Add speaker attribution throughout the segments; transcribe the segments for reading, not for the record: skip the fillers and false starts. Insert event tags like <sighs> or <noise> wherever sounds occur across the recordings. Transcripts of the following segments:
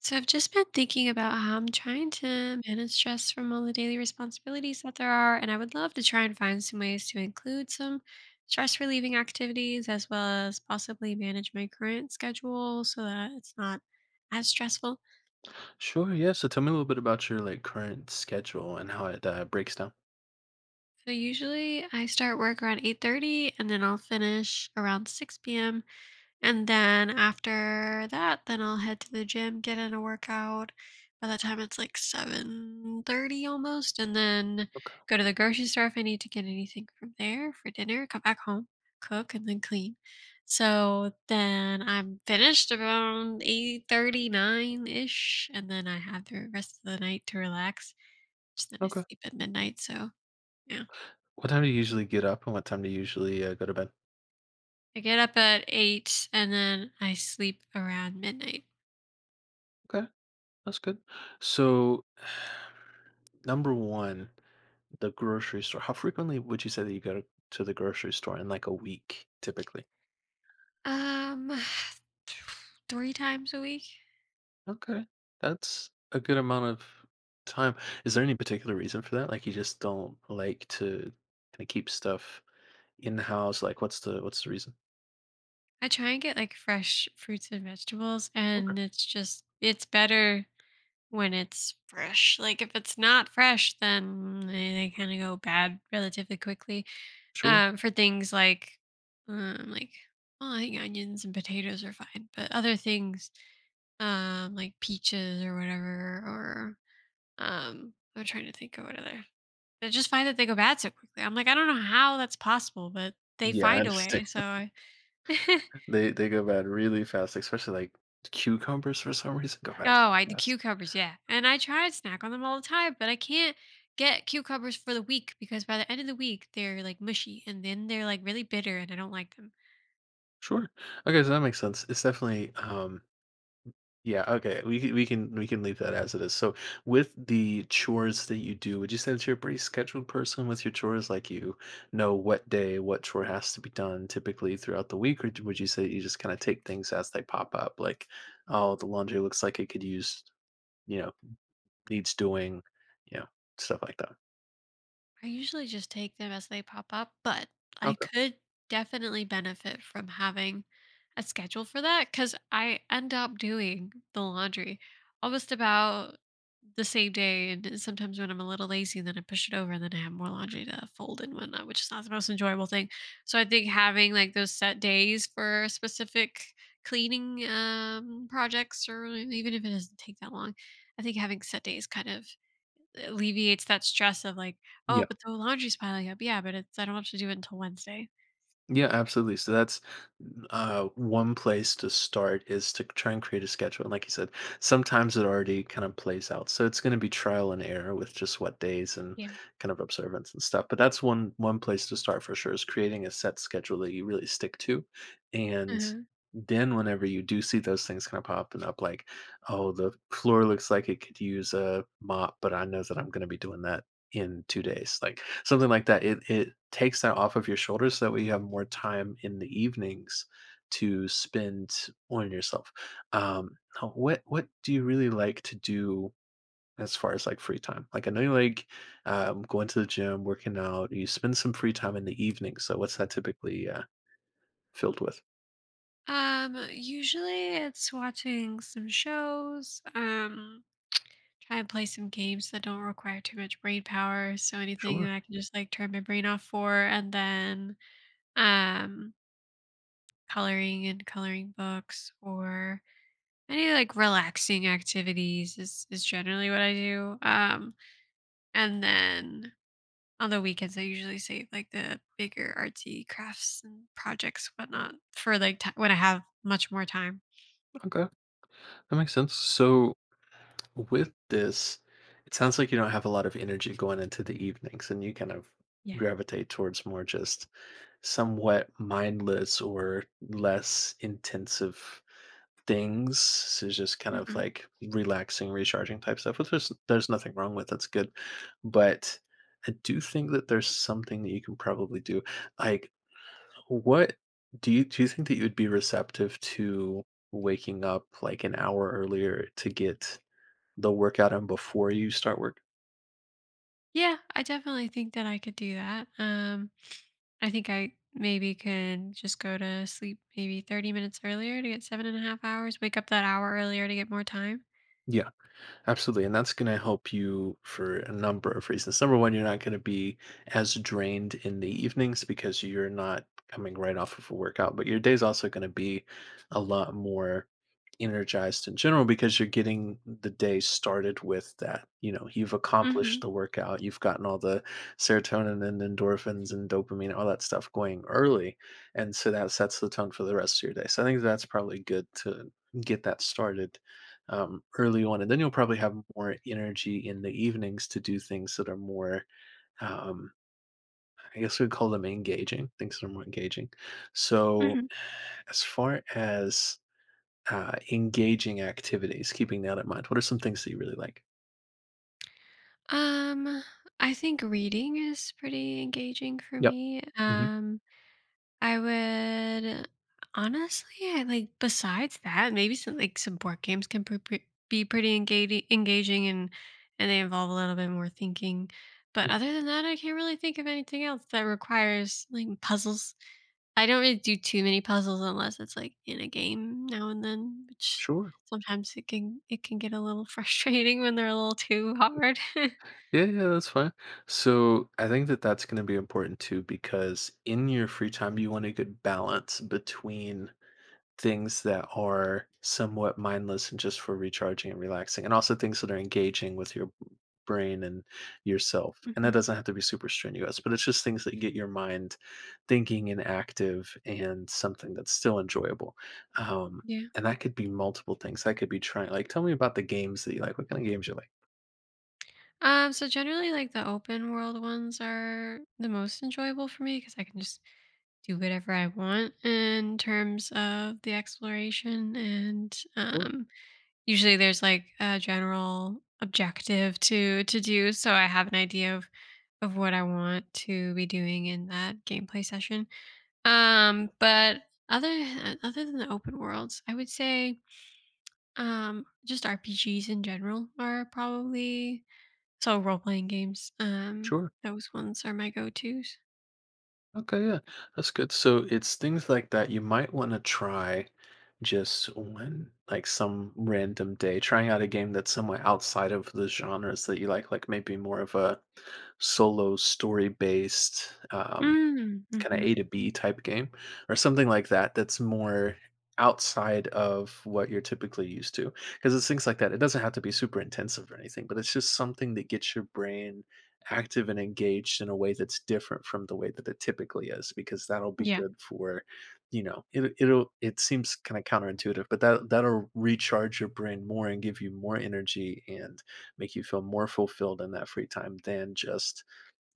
Speaker 1: So I've just been thinking about how I'm trying to manage stress from all the daily responsibilities that there are, and I would love to try and find some ways to include some stress relieving activities as well as possibly manage my current schedule so that it's not as stressful.
Speaker 2: Sure, yeah. So tell me a little bit about your like current schedule and how it breaks down.
Speaker 1: So usually I start work around 8:30 and then I'll finish around 6 p.m. And then after that, then I'll head to the gym, get in a workout. By the time it's like 7:30 almost, and then
Speaker 2: Okay.
Speaker 1: go to the grocery store if I need to get anything from there for dinner, come back home, cook, and then clean. So then I'm finished around 8:39 ish, and then I have the rest of the night to relax. Just then I
Speaker 2: Okay.
Speaker 1: sleep at midnight. So yeah.
Speaker 2: What time do you usually get up and what time do you usually go to bed?
Speaker 1: I get up at eight and then I sleep around midnight.
Speaker 2: Okay, that's good. So, <sighs> number one, the grocery store. How frequently would you say that you go to the grocery store in like a week typically?
Speaker 1: Um, <sighs> 3 times a week.
Speaker 2: Okay. That's a good amount of time. Is there any particular reason for that? Like you just don't like to kind of keep stuff in house? Like what's the reason?
Speaker 1: I try and get, like, fresh fruits and vegetables,
Speaker 2: Okay.
Speaker 1: and it's just it's better when it's fresh. Like, if it's not fresh, then they kinda go bad relatively quickly.
Speaker 2: Sure.
Speaker 1: For things like, well, I think onions and potatoes are fine, but other things, like peaches or whatever, or, I'm trying to think of what other. I just find that they go bad so quickly. I'm like, I don't know how that's possible, but they
Speaker 2: Yeah, I
Speaker 1: find a
Speaker 2: understand.
Speaker 1: way. So I <laughs>
Speaker 2: They go bad really fast, especially, like, cucumbers for some reason go bad. Yes,
Speaker 1: oh, I
Speaker 2: so
Speaker 1: the
Speaker 2: fast.
Speaker 1: cucumbers, yeah. And I try to snack on them all the time, but I can't get cucumbers for the week because by the end of the week they're like mushy and then they're like really bitter and I don't like them.
Speaker 2: Sure. Okay, so that makes sense. It's definitely, yeah, okay, we can leave that as it is. So, with the chores that you do, would you say that you're a pretty scheduled person with your chores? Like, you know what day, what chore has to be done typically throughout the week, or d would you say you just kinda take things as they pop up? Like, "Oh, the laundry looks like it could use," you know, "needs doing," you know, stuff like that.
Speaker 1: I usually just take them as they pop up, but I
Speaker 2: Okay.
Speaker 1: could definitely benefit from having a schedule for that, because I end up doing the laundry almost about the same day. And sometimes when I'm a little lazy, then I push it over and then I have more laundry to fold and whatnot, which is not the most enjoyable thing. So I think having like those set days for specific cleaning projects, or even if it doesn't take that long, I think having set days kind of alleviates that stress of like, "Oh,
Speaker 2: Yeah.
Speaker 1: but the laundry's piling up." Yeah, but it's I don't have to do it until Wednesday.
Speaker 2: Yeah, absolutely. So that's one place to start is to try and create a schedule. And like you said, sometimes it already kind of plays out. So it's going to be trial and error with just what days and
Speaker 1: Yeah.
Speaker 2: kind of observance and stuff. But that's one place to start for sure is creating a set schedule that you really stick to. And
Speaker 1: Mhm.
Speaker 2: then whenever you do see those things kind of popping up, like, oh, the floor looks like it could use a mop, but I know that I'm going to be doing that in 2 days, like, something like that. It takes that off of your shoulders so that way you have more time in the evenings to spend on yourself. Now what do you really like to do as far as, like, free time? Like, I know you like, going to the gym, working out, you spend some free time in the evening, so what's that typically, filled with?
Speaker 1: Usually it's watching some shows, try and play some games that don't require too much brain power, so anything
Speaker 2: Sure,
Speaker 1: that I can just, like, turn my brain off for, and then, um, coloring and coloring books or any, like, relaxing activities is generally what I do, and then on the weekends, I usually save like the bigger artsy crafts and projects, whatnot, for like ti when I have much more time.
Speaker 2: okay, that makes sense. So, with this, it sounds like you don't have a lot of energy going into the evenings, and you kind of
Speaker 1: Yeah.
Speaker 2: gravitate towards more just somewhat mindless or less intensive things. So it's just kind of
Speaker 1: Mhm.
Speaker 2: like relaxing, recharging type stuff, which there's nothing wrong with. That's good. But I do think that there's something that you can probably do. Like what do you think that you would be receptive to waking up like an hour earlier to get the workout in before you start work?
Speaker 1: Yeah, I definitely think that I could do that. I think I maybe can just go to sleep maybe 30 minutes earlier to get 7.5 hours, wake up that hour earlier to get more time.
Speaker 2: Yeah. Absolutely. And that's going to help you for a number of reasons. Number one, you're not going to be as drained in the evenings because you're not coming right off of a workout, but your day's also going to be a lot more energized in general because you're getting the day started with that. You know, you've accomplished
Speaker 1: Hmm.
Speaker 2: the workout, you've gotten all the serotonin and endorphins and dopamine, all that stuff going early. And so that sets the tone for the rest of your day. So I think that's probably good to get that started early on, and then you'll probably have more energy in the evenings to do things that are more, um, I guess we'd call them engaging, things that are more engaging. So,
Speaker 1: Hmm.
Speaker 2: as far as engaging activities, keeping that in mind, what are some things that you really like?
Speaker 1: Um, I think reading is pretty engaging for
Speaker 2: Yep.
Speaker 1: me.
Speaker 2: Hmm.
Speaker 1: I would honestly, I like besides that, maybe some board games can be pretty engaging, and they involve a little bit more thinking. But other than that, I can't really think of anything else that requires like puzzles. I don't really do too many puzzles unless it's, like, in a game now and then, which
Speaker 2: Sure.
Speaker 1: sometimes it can get a little <laughs> frustrating when they're a little too hard. <laughs>
Speaker 2: Yeah, yeah, that's fine. So I think that that's going to be important too, because in your free time, you want a good balance between things that are somewhat mindless and just for recharging and relaxing, and also things that are engaging with your brain and yourself. And that
Speaker 1: Mhm,
Speaker 2: doesn't have to be super strenuous, but it's just things that get your mind thinking and active and something that's still enjoyable. Um,
Speaker 1: yeah.
Speaker 2: and that could be multiple things. That could be trying, like, tell me about the games that you like. What kind of games you like?
Speaker 1: So generally, like, the open world ones are the most enjoyable for me because I can just do whatever I want in terms of the exploration. And
Speaker 2: Sure,
Speaker 1: usually there's like a general objective to do, so I have an idea of what I want to be doing in that gameplay session. But other than the open worlds, I would say just RPGs in general are probably, so role playing games.
Speaker 2: sure.
Speaker 1: Those ones are my go tos.
Speaker 2: Okay, yeah, that's good. So it's things like that you might want to try just one, like some random day, trying out a game that's somewhat outside of the genres that you like maybe more of a solo story based,
Speaker 1: Mm.
Speaker 2: kinda
Speaker 1: Hmm.
Speaker 2: A to B type game or something like that that's more outside of what you're typically used to, because it's things like that. It doesn't have to be super intensive or anything, but it's just something that gets your brain active and engaged in a way that's different from the way that it typically is because that'll be
Speaker 1: Yeah.
Speaker 2: good for, it seems kinda counterintuitive, but that'll recharge your brain more and give you more energy and make you feel more fulfilled in that free time than just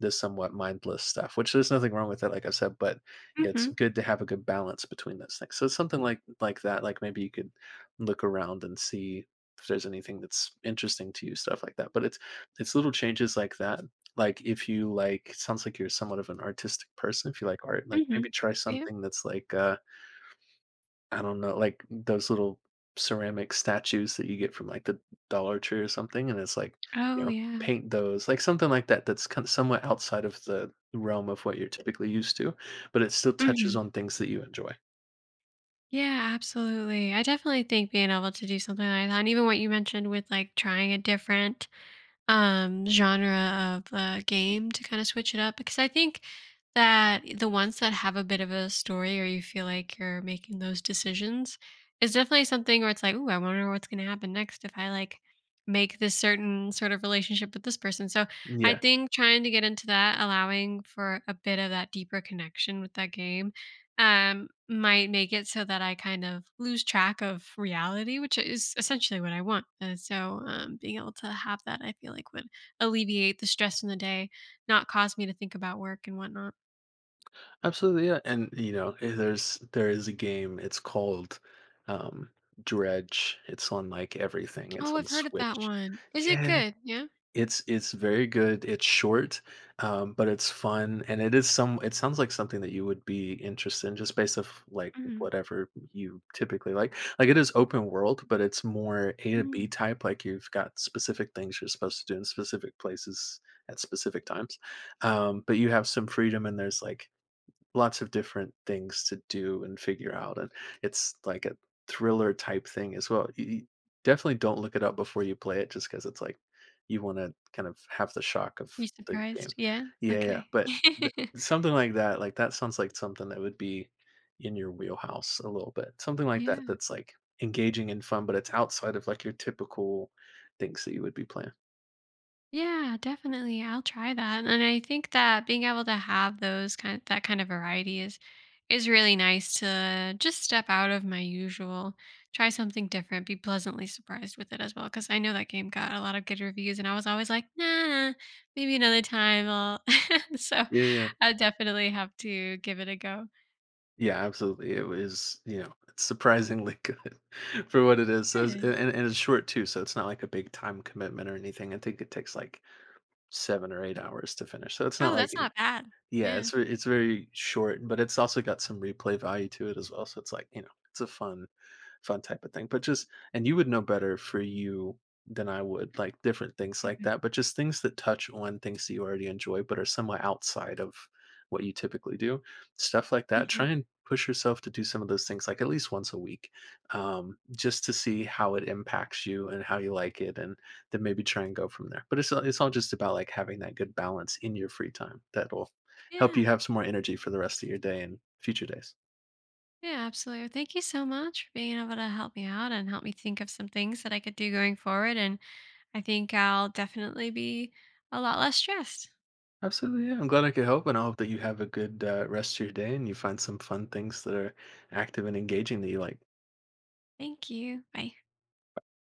Speaker 2: the somewhat mindless stuff, which there's nothing wrong with that, like I said, but it's
Speaker 1: Mm-hmm.
Speaker 2: good to have a good balance between those things. So something like that, like maybe you could look around and see if there's anything that's interesting to you, stuff like that. But it's little changes like that. Like if you like, sounds like you're somewhat of an artistic person. If you like art, like
Speaker 1: Mm-hmm.
Speaker 2: maybe try
Speaker 1: Yeah.
Speaker 2: something that's like I don't know, like those little ceramic statues that you get from like the Dollar Tree or something, and it's like,
Speaker 1: Oh, yeah.
Speaker 2: paint those, like something like that that's kind of somewhat outside of the realm of what you're typically used to, but it still touches
Speaker 1: Mhm.
Speaker 2: on things that you enjoy.
Speaker 1: Yeah, absolutely. I definitely think being able to do something like that, and even what you mentioned with like trying a different genre of game to kind of switch it up, because I think that the ones that have a bit of a story or you feel like you're making those decisions is definitely something where it's like, ooh, I wonder what's going to happen next if I like make this certain sort of relationship with this person. So I
Speaker 2: Yeah,
Speaker 1: think trying to get into that, allowing for a bit of that deeper connection with that game might make it so that I kind of lose track of reality, which is essentially what I want. And so, being able to have that, I feel like would alleviate the stress in the day, not cause me to think about work and whatnot.
Speaker 2: absolutely. Yeah, and you know, there is a game. It's called um, Dredge. It's on like everything. It's
Speaker 1: Oh,
Speaker 2: on
Speaker 1: I've heard of that
Speaker 2: Switch.
Speaker 1: one. Is it
Speaker 2: Yeah,
Speaker 1: good? Yeah.
Speaker 2: it's very good, it's short, but it's fun, and it sounds like something that you would be interested in just based off, like,
Speaker 1: Mm,
Speaker 2: whatever you typically like. Like, it is open world, but it's more A to B
Speaker 1: mm.
Speaker 2: type, like, you've got specific things you're supposed to do in specific places at specific times, but you have some freedom and there's, like, lots of different things to do and figure out, and it's like a thriller type thing as well. You definitely don't look it up before you play it just because it's like you wanna kind of have the shock of
Speaker 1: Be
Speaker 2: the game.
Speaker 1: surprised. Yeah.
Speaker 2: Yeah, yeah,
Speaker 1: Okay.
Speaker 2: but th something like, that sounds like something that would be in your wheelhouse a little bit. Something
Speaker 1: <laughs>
Speaker 2: like that
Speaker 1: Yeah.
Speaker 2: that's, like, engaging and fun, but it's outside of, like, your typical things that you would be playing.
Speaker 1: Yeah, definitely. I'll try that. And I think that being able to have those kind that kind of variety is really nice to just step out of my usual, try something different, be pleasantly surprised with it as well. Cause I know that game got a lot of good reviews and I was always like, nah, nah, maybe another time I'll <laughs> so
Speaker 2: Yeah.
Speaker 1: I definitely have to give it a go.
Speaker 2: Yeah, absolutely. It was, it's surprisingly <laughs> good for what it is. So it's, and,
Speaker 1: Good.
Speaker 2: and it's short too, so it's not like a big time commitment or anything. I think it takes like 7 or 8 hours to finish. So it's not
Speaker 1: Oh,
Speaker 2: like
Speaker 1: that's
Speaker 2: it,
Speaker 1: not bad.
Speaker 2: yeah,
Speaker 1: Yeah.
Speaker 2: it's it's very short, but it's also got some replay value to it as well. So it's like it's a fun type of thing. But just and you would know better for you than I would, like different things like
Speaker 1: Hmm.
Speaker 2: that, but just things that touch on things that you already enjoy but are somewhat outside of what you typically do. Stuff like that. Try
Speaker 1: Hmm.
Speaker 2: and push yourself to do some of those things like at least once a week just to see how it impacts you and how you like it and then maybe try and go from there but it's all just about like having that good balance in your free time that'll help you
Speaker 1: Yeah.
Speaker 2: have some more energy for the rest of your day and future days.
Speaker 1: Yeah, absolutely. Well, thank you so much for being able to help me out and help me think of some things that I could do going forward. And I think I'll definitely be a lot less stressed.
Speaker 2: Absolutely, yeah. I'm glad I could help, and I hope that you have a good rest of your day and you find some fun things that are active and engaging that you like.
Speaker 1: Thank you. Bye.